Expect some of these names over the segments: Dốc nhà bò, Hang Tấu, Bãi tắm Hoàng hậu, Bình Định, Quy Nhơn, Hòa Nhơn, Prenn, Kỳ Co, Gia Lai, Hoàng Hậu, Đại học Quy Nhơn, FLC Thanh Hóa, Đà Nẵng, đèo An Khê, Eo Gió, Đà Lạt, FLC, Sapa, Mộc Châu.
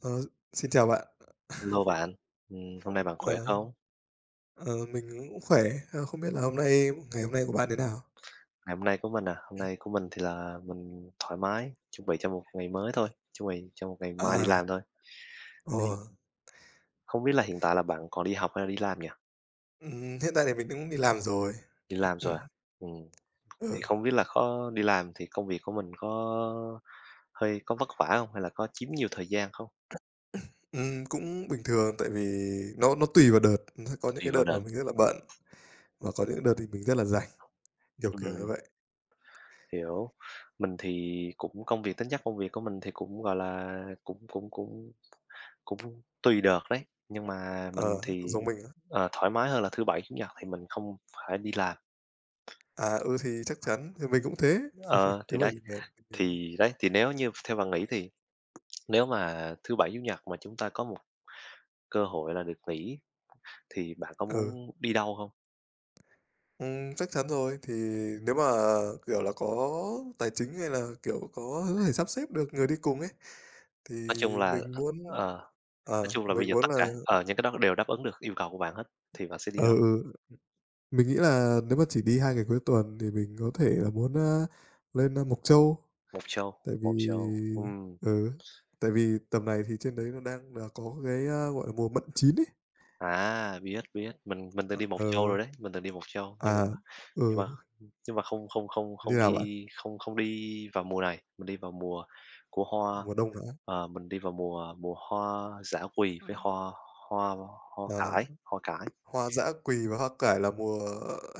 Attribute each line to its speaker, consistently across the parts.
Speaker 1: Ờ, xin chào bạn.
Speaker 2: Hello bạn, ừm, hôm nay bạn khỏe
Speaker 1: Ờ,
Speaker 2: không?
Speaker 1: ờ, mình cũng khỏe, không biết là hôm nay ngày hôm nay của bạn thế nào?
Speaker 2: Ngày hôm nay của mình à, hôm nay của mình thì là mình thoải mái, chuẩn bị cho một ngày mới thôi, chuẩn bị cho một ngày mai đi
Speaker 1: À,
Speaker 2: làm thôi.
Speaker 1: ồ,
Speaker 2: Thì không biết là hiện tại là bạn còn đi học hay là đi làm nhỉ?
Speaker 1: Hiện tại thì mình cũng đi làm rồi.
Speaker 2: Đi làm rồi
Speaker 1: Ừm,
Speaker 2: à? Ừm.
Speaker 1: ờ,
Speaker 2: Thì không biết là có đi làm thì công việc của mình có hơi có vất vả không hay là có chiếm nhiều thời gian không?
Speaker 1: Cũng bình thường tại vì nó tùy vào đợt, nó có những
Speaker 2: Tùy
Speaker 1: cái
Speaker 2: vào
Speaker 1: đợt
Speaker 2: đợt.
Speaker 1: mà mình rất là bận và có những đợt thì mình rất là rảnh, kiểu như
Speaker 2: Ừm,
Speaker 1: vậy.
Speaker 2: hiểu. Mình thì cũng công việc tính chất công việc của mình thì cũng gọi là cũng cũng cũng Cũng tùy đợt đấy, nhưng mà mình
Speaker 1: Ờ, cũng
Speaker 2: thì,
Speaker 1: giống mình á.
Speaker 2: thoải mái hơn là thứ Bảy, Chủ nhật thì mình không phải đi làm.
Speaker 1: À, ừ, thì chắc chắn thì mình cũng thế,
Speaker 2: Ờ, thì
Speaker 1: thứ Bảy,
Speaker 2: đấy,
Speaker 1: Chủ nhật thì
Speaker 2: thì nếu như theo bạn nghĩ thì nếu mà thứ Bảy, Chủ nhật mà chúng ta có một cơ hội là được nghỉ thì bạn có
Speaker 1: ừ,
Speaker 2: muốn đi đâu không?
Speaker 1: chắc chắn rồi. Thì nếu mà, có tài chính hay là, kiểu, có thể sắp xếp được người đi cùng ấy, thì
Speaker 2: Nói chung là
Speaker 1: mình muốn
Speaker 2: ờ,
Speaker 1: à
Speaker 2: nói chung là bây
Speaker 1: mình
Speaker 2: giờ tất
Speaker 1: muốn là
Speaker 2: cả những cái đó đều đáp ứng được yêu cầu của bạn hết thì bạn sẽ đi đâu?
Speaker 1: ừ, ừ, mình nghĩ là nếu mà chỉ đi 2 ngày cuối tuần thì mình có thể là muốn, lên, Mộc Châu,
Speaker 2: Một show,
Speaker 1: tại vì
Speaker 2: một show.
Speaker 1: ừ, tại vì tầm này thì trên đấy nó đang là có cái, gọi là, mùa mận chín ấy.
Speaker 2: À, biết, biết, mình từng đi Mộc
Speaker 1: Ờ,
Speaker 2: Châu rồi đấy, mình từng đi Mộc Châu,
Speaker 1: à,
Speaker 2: nhưng
Speaker 1: ừ,
Speaker 2: mà nhưng mà không không không
Speaker 1: Như
Speaker 2: không
Speaker 1: nào bạn?
Speaker 2: đi không không đi vào mùa này, mình đi vào mùa của hoa,
Speaker 1: Mùa đông hả?
Speaker 2: mình đi vào mùa mùa hoa dã quỳ với hoa hoa hoa
Speaker 1: À,
Speaker 2: cải
Speaker 1: hoa dã quỳ và hoa cải là mùa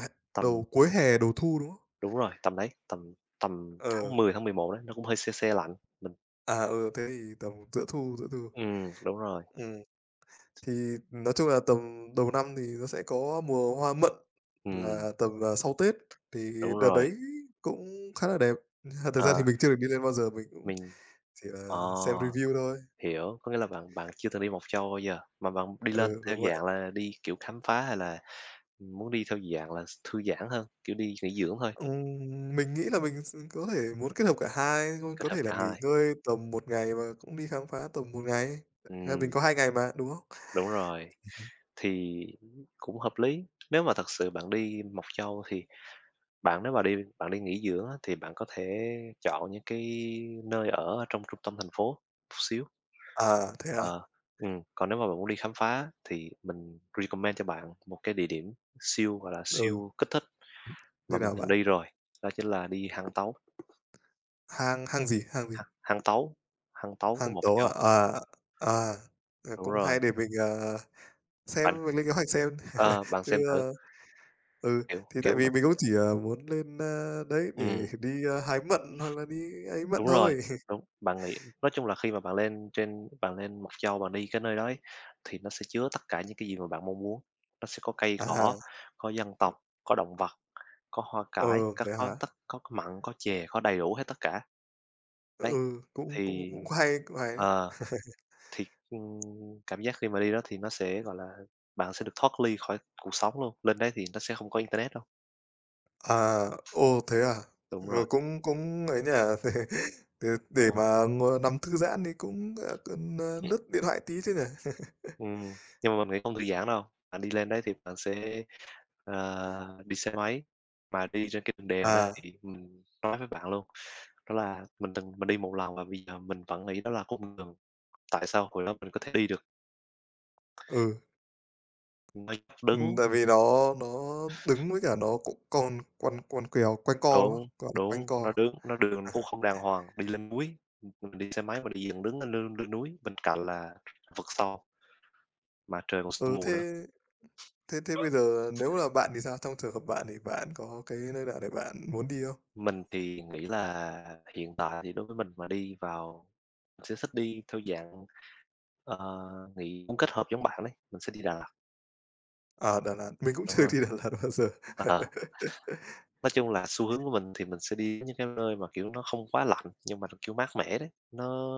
Speaker 1: hè
Speaker 2: tầm
Speaker 1: đầu cuối hè, đầu thu, đúng không?
Speaker 2: đúng rồi, tầm đấy, tầm tầm
Speaker 1: Ờ,
Speaker 2: tháng 11 đấy, nó cũng hơi se se lạnh, mình
Speaker 1: Thế thì tầm giữa thu, giữa thu.
Speaker 2: ừm, đúng rồi,
Speaker 1: Ừm. Thì nói chung là tầm đầu năm thì nó sẽ có mùa hoa mận
Speaker 2: ừm,
Speaker 1: là tầm, sau Tết, thì
Speaker 2: đúng
Speaker 1: đợt
Speaker 2: rồi,
Speaker 1: đấy cũng khá là đẹp. À, thực
Speaker 2: ờ,
Speaker 1: ra thì mình chưa được đi lên bao giờ, mình cũng
Speaker 2: mình
Speaker 1: chỉ
Speaker 2: ờ.
Speaker 1: là xem review thôi.
Speaker 2: Hiểu, có nghĩa là bạn bạn chưa từng đi Mộc Châu bao giờ, mà bạn đi lên
Speaker 1: Ừ,
Speaker 2: theo
Speaker 1: đúng vậy.
Speaker 2: dạng là đi, kiểu, khám phá hay là muốn đi theo dạng là thư giãn hơn, kiểu, đi nghỉ dưỡng thôi,
Speaker 1: Ừm, mình nghĩ là mình s có thể muốn kết hợp cả hai,
Speaker 2: kết
Speaker 1: có
Speaker 2: hợp
Speaker 1: thể
Speaker 2: cả
Speaker 1: là nghỉ
Speaker 2: hai?
Speaker 1: ngơi tầm một ngày và cũng đi khám phá tầm một ngày. À, mình
Speaker 2: Ừm,
Speaker 1: có 2 ngày mà, đúng không?
Speaker 2: đúng rồi, thì cũng hợp lý. Nếu mà thật sự bạn đi Mộc Châu thì bạn nếu mà đi bạn đi nghỉ dưỡng á, thì bạn có thể chọn những cái nơi ở ở trong trung tâm thành phố một xíu.
Speaker 1: À, thế à?
Speaker 2: Ờ, còn nếu mà bạn muốn đi khám phá thì mình recommend cho bạn một cái địa điểm siêu, gọi là,
Speaker 1: Ừ,
Speaker 2: siêu kích thích. Mà
Speaker 1: như
Speaker 2: mình
Speaker 1: nào
Speaker 2: từng
Speaker 1: bạn?
Speaker 2: đi rồi, đó chính là đi Hang Tấu,
Speaker 1: Hang hang gì, hang gì?
Speaker 2: Hang Hang Tấu, Hang Tấu của
Speaker 1: Hang
Speaker 2: Mộc
Speaker 1: tố à?
Speaker 2: Châu.
Speaker 1: À, à,
Speaker 2: Đúng
Speaker 1: cũng
Speaker 2: rồi,
Speaker 1: hay để mình, à
Speaker 2: bạn
Speaker 1: xem mình lên kế hoạch xem.
Speaker 2: bạn
Speaker 1: Chứ,
Speaker 2: xem thử,
Speaker 1: ơ ừ,
Speaker 2: kiểu
Speaker 1: thì tại
Speaker 2: kiểu
Speaker 1: vì mình cũng chỉ, ờ, muốn lên, đấy, để
Speaker 2: ừm,
Speaker 1: đi, hái mận hoặc là đi ấy mận
Speaker 2: đúng rồi,
Speaker 1: thôi.
Speaker 2: đúng, bạn nghĩ nói chung là khi mà bạn lên trên bạn lên Mộc Châu, bạn đi cái nơi đó ấy, thì nó sẽ chứa tất cả những cái gì mà bạn mong muốn. Nó sẽ có cây cỏ,
Speaker 1: À,
Speaker 2: có dân tộc, có động vật, có hoa
Speaker 1: ờ,
Speaker 2: cải,
Speaker 1: thế
Speaker 2: có
Speaker 1: hả?
Speaker 2: tất có mặn, có chè, có đầy đủ hết tất cả. Đấy,
Speaker 1: Ừ, cũng cũng
Speaker 2: thì
Speaker 1: cũng hay đấy.
Speaker 2: ờ. Thì, cảm giác khi mà đi đó thì nó sẽ, gọi là, bạn sẽ được thoát ly khỏi cuộc sống luôn, lên đấy thì nó sẽ không có internet đâu.
Speaker 1: À, ồ, thế à?
Speaker 2: Đúng rồi,
Speaker 1: Rồi cũng cũng ấy nhỉ. Thế,
Speaker 2: đúng.
Speaker 1: để
Speaker 2: Không?
Speaker 1: mà ngồi nằm thư giãn thì cũng, ờ, cần, ờ, lướt điện thoại tí chứ nhỉ?
Speaker 2: Ừm, nhưng mà mình nghĩ không thư giãn đâu, bạn đi lên đấy thì bạn sẽ, đi xe máy, mà đi trên cái đường đèo đấy
Speaker 1: À,
Speaker 2: thì mình nói với bạn luôn, đó là mình từng mình đi một lần và bây giờ mình vẫn nghĩ đó là cung đường. Tại sao hồi đó mình có thể đi được
Speaker 1: ừ,
Speaker 2: nó dốc đứng.
Speaker 1: tại vì nó đứng với cả nó cũng còn quằn quằn quèo, quanh co, đúng
Speaker 2: Đúng,
Speaker 1: không? Gọi là quanh
Speaker 2: đúng, nó
Speaker 1: co.
Speaker 2: đứng nó đường cũng không đàng hoàng, đi lên núi, mình đi xe máy mà đi dựng đứng lên lên lên núi, bên cạnh là vực sâu, mà trời còn sương
Speaker 1: Ừ,
Speaker 2: mù nữa.
Speaker 1: thế Thế thế bây giờ nếu là bạn thì sao? Trong trường hợp bạn thì bạn có cái nơi nào để bạn muốn đi không?
Speaker 2: Mình thì nghĩ là hiện tại thì đối với mình mà đi vào mình sẽ thích đi theo dạng, ờ, nghỉ cũng kết hợp giống bạn đấy, mình sẽ đi Đà Lạt,
Speaker 1: À, Đà Lạt, mình cũng
Speaker 2: đúng
Speaker 1: chưa
Speaker 2: rồi.
Speaker 1: đi Đà Lạt bao giờ.
Speaker 2: Ờ, nói chung là xu hướng của mình thì mình sẽ đi những cái nơi mà, kiểu, nó không quá lạnh nhưng mà nó, kiểu, mát mẻ đấy, nó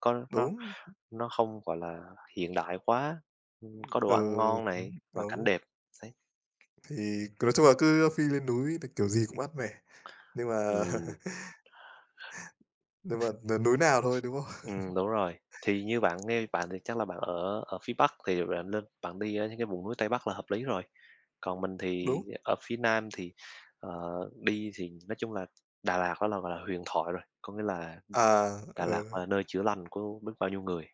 Speaker 2: coi nó
Speaker 1: Đúng,
Speaker 2: Nó không, gọi là, hiện đại quá, có đồ ăn
Speaker 1: ừ,
Speaker 2: ngon
Speaker 1: đúng,
Speaker 2: này và cảnh đẹp, đấy.
Speaker 1: thì nói chung là cứ phi lên núi thì kiểu gì cũng mát mẻ, nhưng mà
Speaker 2: Ừm,
Speaker 1: nhưng mà núi nào thôi, đúng không?
Speaker 2: đúng rồi. Thì như bạn nghe bạn thì chắc là bạn ở ở phía Bắc thì bạn lên bạn đi ở những cái vùng núi Tây Bắc là hợp lý rồi. Còn mình thì
Speaker 1: Đúng,
Speaker 2: ở phía Nam thì, ờ, đi thì nói chung là Đà Lạt đó là, gọi là, huyền thoại rồi, có nghĩa là
Speaker 1: à,
Speaker 2: Đà Lạt
Speaker 1: ừ,
Speaker 2: là nơi chữa lành của biết bao nhiêu người.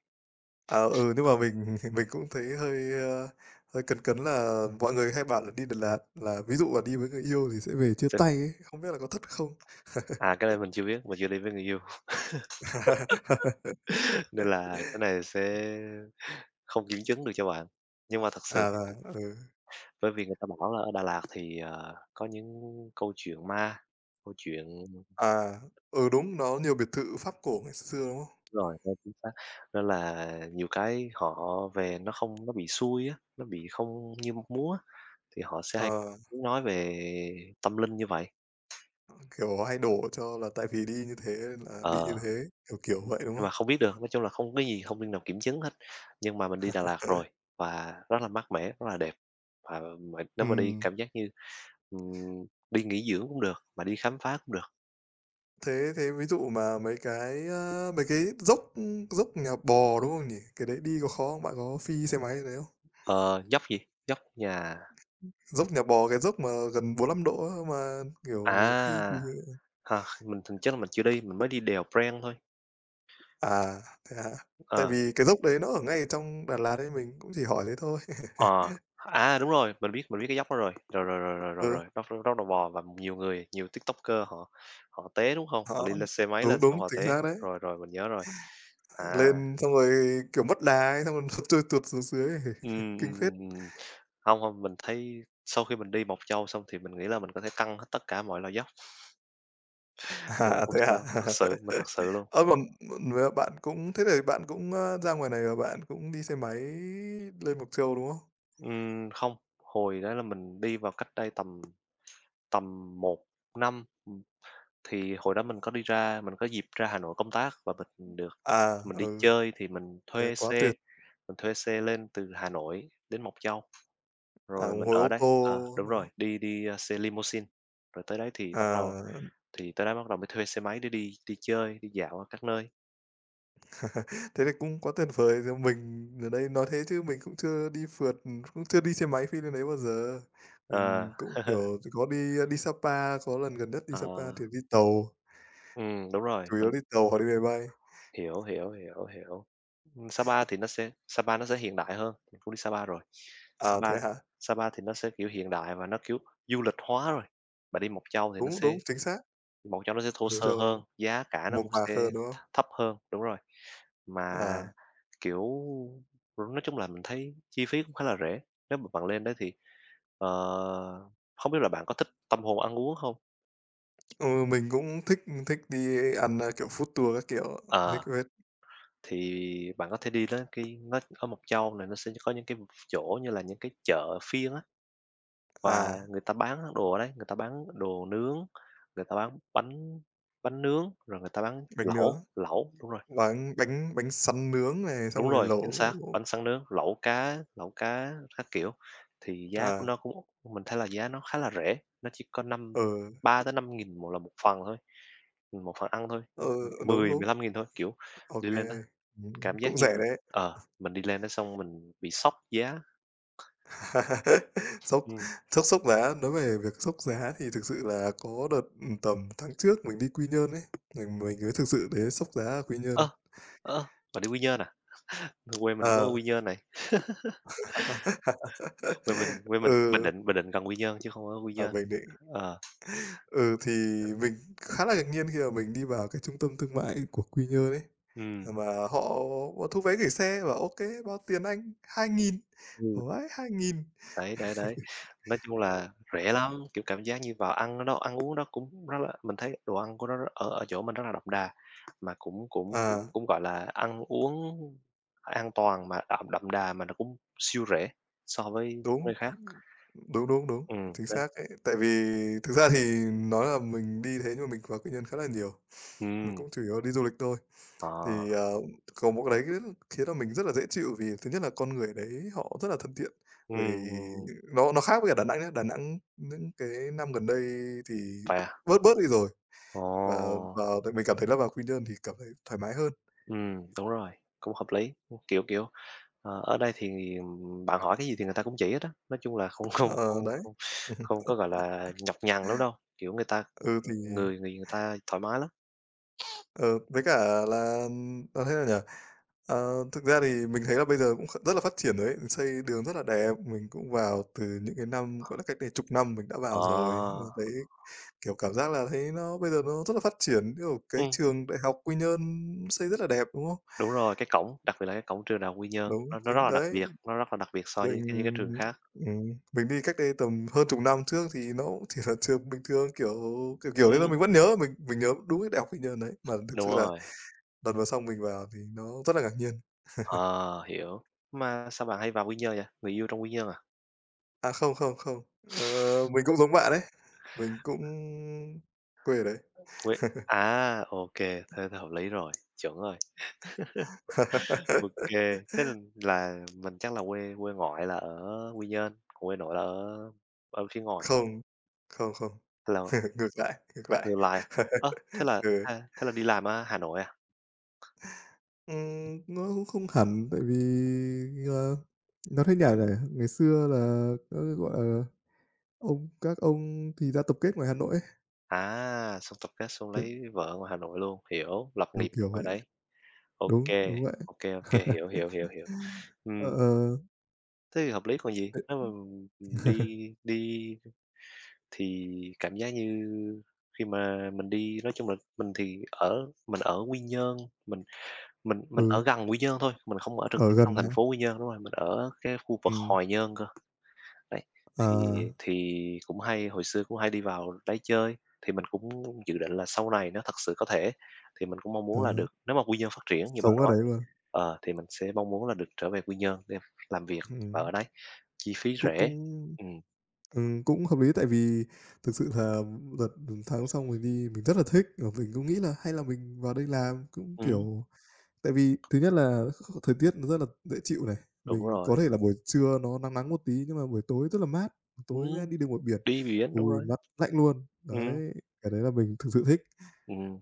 Speaker 1: à, ừ, nhưng mà mình mình cũng thấy hơi, ơ, hơi cấn cấn là mọi người hay bảo là đi Đà Lạt là ví dụ là đi với người yêu thì sẽ về chia
Speaker 2: Sẽ
Speaker 1: tay ấy, không biết là có thất không?
Speaker 2: à, cái này mình chưa biết, mình chưa đi với người yêu, nên là cái này sẽ không kiểm chứng được cho bạn. Nhưng mà thật sự
Speaker 1: À,
Speaker 2: thì
Speaker 1: rồi, ừ.
Speaker 2: bởi vì người ta bảo là ở Đà Lạt thì, có những câu chuyện ma, câu chuyện
Speaker 1: À, ừ, đúng, nó nhiều biệt thự Pháp cổ ngày xưa, đúng không?
Speaker 2: đúng rồi, nơi chính xác, nên là nhiều cái họ về nó không nó bị xuôi á, nó bị không như múa á, thì họ sẽ hay
Speaker 1: Ờ,
Speaker 2: nói về tâm linh như vậy.
Speaker 1: kiểu, hay đổ cho là tại vì đi như thế là bị như
Speaker 2: Ờ,
Speaker 1: thế, kiểu vậy, đúng
Speaker 2: nhưng mà
Speaker 1: không?
Speaker 2: không biết được, nói chung là không cái gì thông tin nào kiểm chứng hết, nhưng mà mình đi Đà Lạt rồi và rất là mát mẻ, rất là đẹp. Và mình nếu mà đi
Speaker 1: Ừm,
Speaker 2: cảm giác như, ừm, đi nghỉ dưỡng cũng được, mà đi khám phá cũng được.
Speaker 1: thế thế ví dụ mà mấy cái, mấy cái dốc, dốc nhà bò, đúng không nhỉ? Cái đấy đi có khó không? Bạn có phi xe máy lên đấy không?
Speaker 2: Ờ, dốc gì? Dốc nhà
Speaker 1: Dốc nhà bò, cái dốc mà gần 45 độ á, mà,
Speaker 2: à!
Speaker 1: kiểu, phi thì
Speaker 2: Hả? Mình thực chất là mình chưa đi, mình mới đi đèo Prenn thôi.
Speaker 1: à, thế hả? Tại
Speaker 2: Ờ,
Speaker 1: vì cái dốc đấy nó ở ngay trong Đà Lạt nên mình cũng chỉ hỏi thế thôi.
Speaker 2: đúng rồi, mình biết cái dốc đó rồi. Rồi, rồi, rồi, rồi, rồi,
Speaker 1: Ừ,
Speaker 2: rồi, dốc dốc dốc đầu bò và nhiều người, nhiều TikToker họ họ té, đúng không? Họ
Speaker 1: đó,
Speaker 2: đi lên xe máy lên
Speaker 1: đúng, đúng,
Speaker 2: xong họ
Speaker 1: chính
Speaker 2: té.
Speaker 1: xác đấy.
Speaker 2: Rồi, rồi, mình nhớ rồi. À,
Speaker 1: Lên xong rồi, kiểu, mất đà ấy, xong rồi nó trôi tuột xuống dưới ấy. Kinh phết!
Speaker 2: ừm. Hông, hông, mình thấy sau khi mình đi Mộc Châu xong thì mình nghĩ là mình có thể căng hết tất cả mọi loại dốc, nên là
Speaker 1: À,
Speaker 2: không
Speaker 1: thế à?
Speaker 2: sao, thật sự, mình thật sự luôn.
Speaker 1: Ơ, còn với bạn cũng thế thì bạn cũng, ơ, ra ngoài này là bạn cũng đi xe máy lên Mộc Châu, đúng không?
Speaker 2: Không, hồi đó là mình đi vào cách đây tầm tầm một năm, thì hồi đó mình có đi ra mình có dịp ra Hà Nội công tác và mình được
Speaker 1: À,
Speaker 2: mình đi
Speaker 1: ừ,
Speaker 2: chơi thì
Speaker 1: thế quá tuyệt!
Speaker 2: mình thuê xe lên từ Hà Nội đến Mộc Châu,
Speaker 1: À,
Speaker 2: rồi mình
Speaker 1: ngồi
Speaker 2: ở
Speaker 1: ô
Speaker 2: đấy
Speaker 1: tô,
Speaker 2: à, đúng
Speaker 1: đúng
Speaker 2: rồi,
Speaker 1: không?
Speaker 2: đi đi, a, xe limousine, rồi tới đấy thì bắt đầu
Speaker 1: À,
Speaker 2: thì tới đấy bắt đầu mới thuê xe máy để đi đi chơi, đi dạo ở các nơi.
Speaker 1: thế thì cũng quá tuyệt vời rồi. Mình ở đây nói thế chứ mình cũng chưa đi phượt, cũng chưa đi xe máy phi lên đấy bao giờ.
Speaker 2: Ờ,
Speaker 1: Mình cũng, kiểu, có đi, đi Sapa, có lần gần nhất đi
Speaker 2: ờ,
Speaker 1: Sapa thì đi tàu,
Speaker 2: đúng rồi,
Speaker 1: chủ yếu đi tàu hoặc đi máy bay.
Speaker 2: hiểu, hiểu, hiểu, hiểu. Sapa thì nó sẽ Sapa nó sẽ hiện đại hơn, mình cũng đi Sapa rồi.
Speaker 1: À,
Speaker 2: Sapa
Speaker 1: thế hả?
Speaker 2: Sapa thì nó sẽ, kiểu, hiện đại và nó, kiểu, du lịch hóa rồi. Bạn đi Mộc Châu thì nó
Speaker 1: Đúng,
Speaker 2: sẽ
Speaker 1: đúng, chính xác.
Speaker 2: Mộc Châu nó sẽ thô
Speaker 1: Đúng
Speaker 2: sơ
Speaker 1: rồi,
Speaker 2: hơn, giá cả nó
Speaker 1: mộc
Speaker 2: cũng
Speaker 1: mạc
Speaker 2: sẽ
Speaker 1: hơn, đúng
Speaker 2: th
Speaker 1: không?
Speaker 2: thấp hơn, đúng rồi. Mà,
Speaker 1: À,
Speaker 2: kiểu, nói chung là mình thấy chi phí cũng khá là rẻ. Nếu mà bạn lên đấy thì, ờ, hông biết là bạn có thích tâm hồn ăn uống không?
Speaker 1: ừ, mình cũng thích thích đi ăn, kiểu, food tour các kiểu, thích
Speaker 2: Ờ.
Speaker 1: phết.
Speaker 2: Thì bạn có thể đi đến cái nó ở Mộc Châu này nó sẽ có những cái chỗ như là những cái chợ phiên á,
Speaker 1: À,
Speaker 2: và người ta bán đồ ở đấy, người ta bán đồ nướng, người ta bán bánh bánh nướng, rồi người ta bán
Speaker 1: bánh
Speaker 2: lẩu,
Speaker 1: nướng,
Speaker 2: lẩu,
Speaker 1: bánh bánh bánh sắn nướng này,
Speaker 2: đúng
Speaker 1: xong rồi
Speaker 2: rồi, chính
Speaker 1: lẩu,
Speaker 2: xác, bánh sáng nướng, lẩu cá các kiểu. Thì giá của
Speaker 1: à,
Speaker 2: nó cũng mình thấy là giá nó khá là rẻ, nó chỉ có năm
Speaker 1: ừ,
Speaker 2: ba tới năm nghìn một là một phần thôi, một phần ăn thôi,
Speaker 1: ừ,
Speaker 2: mười
Speaker 1: đúng,
Speaker 2: mười
Speaker 1: đúng,
Speaker 2: 15 nghìn thôi, kiểu,
Speaker 1: ô
Speaker 2: đi
Speaker 1: kê,
Speaker 2: lên nó cảm giác
Speaker 1: cũng
Speaker 2: như
Speaker 1: rẻ
Speaker 2: mình
Speaker 1: đấy.
Speaker 2: mình đi lên đó xong mình bị sốc giá.
Speaker 1: Sốc
Speaker 2: Ừm.
Speaker 1: sốc sốc giá, nói về việc sốc giá thì thực sự là có đợt, tầm tháng trước mình đi Quy Nhơn ấy, mình mới thực sự đến sốc giá ở Quy
Speaker 2: Ơ,
Speaker 1: Nhơn.
Speaker 2: ơ, bạn đi Quy Nhơn à? Quê mình có ở
Speaker 1: Ờ.
Speaker 2: Quy Nhơn này, quê mình quê mình Bình
Speaker 1: Ừ,
Speaker 2: Định, Bình Định gần Quy Nhơn chứ không ở Quy
Speaker 1: ở
Speaker 2: Nhơn.
Speaker 1: Bình Định.
Speaker 2: Ờ,
Speaker 1: Ừ, thì mình khá là ngạc nhiên khi mà mình đi vào cái trung tâm thương mại của Quy Nhơn ấy,
Speaker 2: ừ,
Speaker 1: mà họ họ thu vé gửi xe và ok bao tiền anh?" 2.000
Speaker 2: ừm,
Speaker 1: ủa ấy 2.000
Speaker 2: đấy, đấy, đấy. Nói chung là rẻ lắm, kiểu, cảm giác như vào ăn ở đó ăn uống đó cũng rất là mình thấy đồ ăn của nó rất ở ở chỗ mình rất là đậm đà, mà cũng cũng cũng
Speaker 1: À,
Speaker 2: cũng, gọi là, ăn uống an toàn mà đậm đậm đà mà nó cũng siêu rẻ so với những
Speaker 1: đúng,
Speaker 2: nơi khác.
Speaker 1: đúng,
Speaker 2: Ừ,
Speaker 1: chính
Speaker 2: nên
Speaker 1: xác đấy. Tại vì thực ra thì nói là mình đi thế nhưng mà mình vào Quy Nhơn khá là nhiều, mà
Speaker 2: ừm,
Speaker 1: cũng chủ yếu đi du lịch thôi.
Speaker 2: ờ.
Speaker 1: Thì, ờ, có một cái đấy rất khiến là mình rất là dễ chịu vì thứ nhất là con người đấy họ rất là thân thiện.
Speaker 2: Ừ,
Speaker 1: Rồi nó khác với cả Đà Nẵng nhá, Đà Nẵng những cái năm gần đây thì
Speaker 2: vậy à?
Speaker 1: bớt bớt đi rồi,
Speaker 2: Ồ,
Speaker 1: và và mình cảm thấy là vào Quy Nhơn thì cảm thấy thoải mái hơn.
Speaker 2: đúng rồi, cũng hợp lý, kiểu, kiểu, ở đây thì bạn hỏi cái gì thì người ta cũng chỉ hết á, nói chung là không không
Speaker 1: Ờ,
Speaker 2: không
Speaker 1: đấy.
Speaker 2: không không có, gọi là, nhọc nhằn lắm đâu, kiểu, người ta
Speaker 1: Ừ, thì
Speaker 2: người người người ta thoải mái lắm.
Speaker 1: ờ, với cả là thế nào nhỉ? Ờ, thực ra thì mình thấy là bây giờ cũng kh rất là phát triển rồi ấy, xây đường rất là đẹp, mình cũng vào từ những cái năm, gọi là, cách đây chục năm mình đã vào rồi, ừ,
Speaker 2: Ờ,
Speaker 1: thấy kiểu, cảm giác là thấy nó bây giờ nó rất là phát triển, kiểu, cái
Speaker 2: ừm,
Speaker 1: trường Đại học Quy Nhơn xây rất là đẹp, đúng không?
Speaker 2: đúng rồi, cái cổng, đặc biệt là cái cổng trường Đại học Quy Nhơn,
Speaker 1: Đúng,
Speaker 2: nó rất
Speaker 1: chính
Speaker 2: là đặc
Speaker 1: đấy,
Speaker 2: biệt, nó rất là đặc biệt so với những
Speaker 1: mình
Speaker 2: cái những cái trường khác.
Speaker 1: ừm, mình đi cách đây tầm hơn chục năm trước thì nó cũng chỉ là trường bình thường, kiểu, thế thôi.
Speaker 2: Ừm,
Speaker 1: Mình vẫn nhớ, mình nhớ đúng cái Đại học Quy Nhơn đấy, mà thực
Speaker 2: đúng
Speaker 1: sự là
Speaker 2: rồi,
Speaker 1: lần vào xong mình vào thì nó rất là ngạc nhiên.
Speaker 2: ờ, hiểu. Mà sao bạn hay vào Quy Nhơn vậy? Người yêu trong Quy Nhơn à?
Speaker 1: Không, ờ, mình cũng giống bạn đấy, mình cũng quê ở đấy.
Speaker 2: Nguy à, ok, thế thì hợp lý rồi, chuẩn rồi. Ok, thế là mình chắc là quê quê ngoại là ở Quy Nhơn, còn quê nội là ở ở phía ngoài,
Speaker 1: Không, không, không,
Speaker 2: thế là
Speaker 1: ngược lại, ngược
Speaker 2: ngược
Speaker 1: lại.
Speaker 2: lại à? Ơ, thế là,
Speaker 1: Ừ.
Speaker 2: à, thế là đi làm ở Hà Nội à?
Speaker 1: Nó cũng không hẳn, tại vì, ờ, nó thấy nhả này ngày xưa là nó, gọi là, ông các ông thì ra tập kết ngoài Hà Nội ấy,
Speaker 2: À, xong tập kết xong
Speaker 1: kiểu,
Speaker 2: lấy vợ ngoài Hà Nội luôn, hiểu, lập nghiệp
Speaker 1: kiểu
Speaker 2: ngoài
Speaker 1: vậy.
Speaker 2: đấy.
Speaker 1: Đúng,
Speaker 2: Ok,
Speaker 1: đúng vậy.
Speaker 2: ok, ok, hiểu, hiểu, hiểu, hiểu. Ừm,
Speaker 1: Ờ, ờ,
Speaker 2: thế thì hợp lý còn gì,
Speaker 1: tại
Speaker 2: nếu mà, đi đi thì cảm giác như khi mà mình đi, nói chung là mình thì mình ở Quy Nhơn, mình mình ở
Speaker 1: ừ,
Speaker 2: gần Quy Nhơn thôi, mình không ở trực tiếp
Speaker 1: ở
Speaker 2: trong
Speaker 1: gần à,
Speaker 2: thành phố Quy Nhơn, đúng rồi, mình ở cái khu vực
Speaker 1: ừm,
Speaker 2: Hòa Nhơn cơ, đấy. Thì
Speaker 1: à,
Speaker 2: thì cũng hay, hồi xưa cũng hay đi vào đấy chơi, thì mình cũng dự định là sau này nó thật sự có thể thì mình cũng mong
Speaker 1: ờ,
Speaker 2: muốn là được, nếu mà Quy Nhơn phát triển như bạn
Speaker 1: sống ở
Speaker 2: nói,
Speaker 1: đấy luôn.
Speaker 2: ờ, thì mình sẽ mong muốn là được trở về Quy Nhơn để làm việc và ở
Speaker 1: Ừm,
Speaker 2: đấy, chi phí
Speaker 1: cũng
Speaker 2: rẻ.
Speaker 1: cũng,
Speaker 2: Ừm,
Speaker 1: cũng hợp lý tại vì thực sự là đợt tháng xong mình đi mình rất là thích, và mình cũng nghĩ là hay là mình vào đây làm, cũng,
Speaker 2: ừm,
Speaker 1: kiểu tại vì thứ nhất là thời tiết nó rất là dễ chịu này,
Speaker 2: đúng
Speaker 1: mình có
Speaker 2: rồi,
Speaker 1: thể là buổi trưa nó nắng nắng một tí, nhưng mà buổi tối rất là mát, tối ra
Speaker 2: ừm,
Speaker 1: đi đường ngoài biển,
Speaker 2: đi biển, đúng
Speaker 1: ôi,
Speaker 2: rồi.
Speaker 1: mát lạnh luôn.
Speaker 2: Ừm,
Speaker 1: Đấy, cái đấy là mình thực sự thích.
Speaker 2: ừm,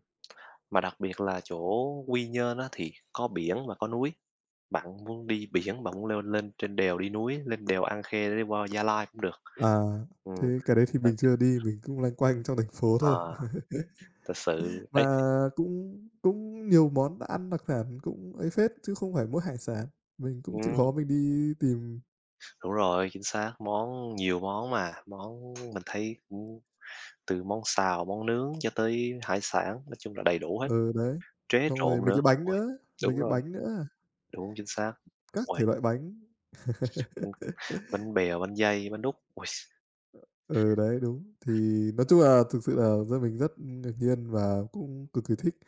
Speaker 2: mà đặc biệt là chỗ Quy Nhơn á thì có biển và có núi. Bạn muốn đi biển, bạn muốn leo lên trên đèo, đi núi, lên đèo An Khê để đi qua Gia Lai cũng được.
Speaker 1: À,
Speaker 2: Ừm,
Speaker 1: thế cái đấy thì
Speaker 2: ờ,
Speaker 1: mình chưa đi, mình cũng loanh quanh trong thành phố thôi.
Speaker 2: ờ, thật sự ấy thì
Speaker 1: Mà cũng cũng nhiều món đã ăn đặc sản cũng ấy phết, chứ không phải mỗi hải sản, mình cũng chịu
Speaker 2: ừm,
Speaker 1: khó mình đi tìm
Speaker 2: đúng rồi, chính xác, món, nhiều món mà, món mình thấy cũng từ món xào, món nướng cho tới hải sản, nói chung là đầy đủ hết,
Speaker 1: ừ, đấy.
Speaker 2: trế
Speaker 1: Xong
Speaker 2: trộn
Speaker 1: rồi mấy
Speaker 2: nữa.
Speaker 1: cái bánh
Speaker 2: Ôi,
Speaker 1: nữa, mấy
Speaker 2: đúng
Speaker 1: cái
Speaker 2: rồi,
Speaker 1: bánh nữa,
Speaker 2: đúng, chính xác.
Speaker 1: các
Speaker 2: Uầy,
Speaker 1: thể loại bánh.
Speaker 2: bánh bánh bèo, bánh dây, bánh đúc, ôi!
Speaker 1: Ừ, đấy, đúng. Thì nói chung là thực sự là gia mình rất ngạc nhiên và cũng cực kỳ thích.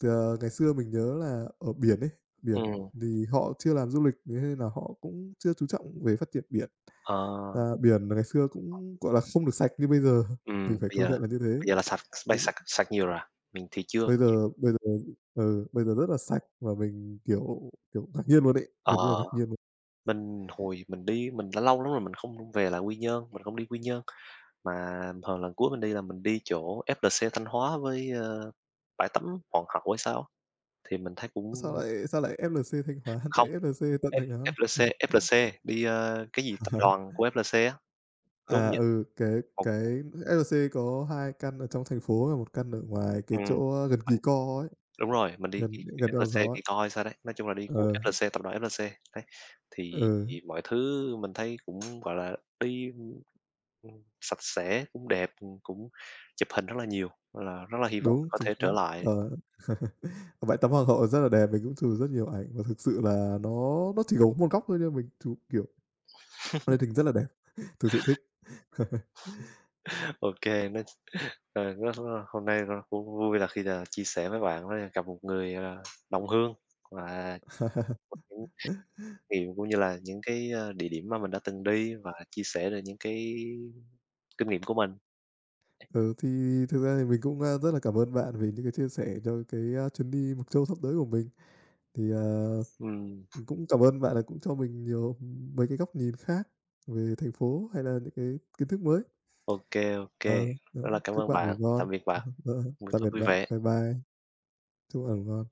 Speaker 1: Thì, ờ, ngày xưa mình nhớ là ở biển ấy, biển
Speaker 2: Ừm,
Speaker 1: thì họ chưa làm du lịch, thế nên là họ cũng chưa chú trọng về phát triển biển.
Speaker 2: ờ.
Speaker 1: À, biển ngày xưa cũng, gọi là, không được sạch như bây giờ,
Speaker 2: Ừm,
Speaker 1: mình phải
Speaker 2: bây
Speaker 1: công
Speaker 2: giờ
Speaker 1: nhận là như
Speaker 2: bây
Speaker 1: thế.
Speaker 2: giờ là sạch,
Speaker 1: Thế
Speaker 2: sạch sạch nhiều rồi à? Mình thì chưa.
Speaker 1: bây giờ ừ, bây giờ rất là sạch và mình, kiểu kiểu, ngạc nhiên luôn ấy,
Speaker 2: Ờ,
Speaker 1: gần như là ngạc nhiên luôn.
Speaker 2: mình hồi mình đi, mình đã lâu lắm rồi mình không về lại Quy Nhơn, mình không đi Quy Nhơn, mà hồi lần cuối mình đi là mình đi chỗ FLC Thanh Hóa với, ơ, bãi tắm Hoàng Hậu hay sao á, thì mình thấy cũng
Speaker 1: Sao lại FLC Thanh Hóa
Speaker 2: không,
Speaker 1: tại FLC tận Thanh
Speaker 2: F
Speaker 1: Hóa?
Speaker 2: FLC FLC đi, ơ, cái gì, tập đoàn của FLC á, đúng
Speaker 1: À,
Speaker 2: hông nhỉ?
Speaker 1: ừ, cái
Speaker 2: Một
Speaker 1: cái SLC có 2 căn ở trong thành phố và một căn ở ngoài cái
Speaker 2: ừm.
Speaker 1: chỗ ờ, gần Kỳ
Speaker 2: Mình
Speaker 1: Co ấy,
Speaker 2: đúng rồi, mình đi kỳ
Speaker 1: gần
Speaker 2: của
Speaker 1: gần Eo Gió
Speaker 2: FLC
Speaker 1: ấy.
Speaker 2: đi coi sao đấy, nói chung là đi của
Speaker 1: Ờ,
Speaker 2: FLC, tập đoàn FLC, đấy. Thì
Speaker 1: ừ,
Speaker 2: mọi thứ mình thấy cũng, gọi là, đi, ừm, sạch sẽ, cũng đẹp, cũng chụp hình rất là nhiều, nên là rất là hy vọng
Speaker 1: đúng,
Speaker 2: có
Speaker 1: chính
Speaker 2: thể trở
Speaker 1: xác.
Speaker 2: lại.
Speaker 1: Ờ, bãi tắm Hoàng hậu rất là đẹp, mình cũng chụp rất nhiều ảnh và thực sự là nó chỉ có một góc thôi nhưng mình chụp, kiểu, lên hình rất là đẹp, thực sự thích.
Speaker 2: Ô kê, nói ờ, rất là hôm nay rất cũng vui là khi là chia sẻ với bạn á, gặp một người, gọi đồng hương và có những kinh nghiệm cũng như là những cái, a, địa điểm mà mình đã từng đi và chia sẻ được những cái kinh nghiệm của mình.
Speaker 1: Ừ, thì thực ra thì mình cũng, rất là cảm ơn bạn vì những cái chia sẻ cho cái, chuyến đi Mộc Châu sắp tới của mình. Thì, à
Speaker 2: Ừm.
Speaker 1: mình cũng cảm ơn bạn là cũng cho mình nhiều mấy cái góc nhìn khác về thành phố hay là những cái kiến thức mới.
Speaker 2: OK, OK,
Speaker 1: Ờ, ờ,
Speaker 2: rất là cảm
Speaker 1: chúc
Speaker 2: ơn
Speaker 1: bạn
Speaker 2: bạn.
Speaker 1: ngủ ngon.
Speaker 2: Tạm biệt bạn.
Speaker 1: Ờ,
Speaker 2: Buổi
Speaker 1: tạm
Speaker 2: tối
Speaker 1: biệt
Speaker 2: vui
Speaker 1: bạn. Bye
Speaker 2: vẻ.
Speaker 1: bye. Chúc bạn ngủ ngon.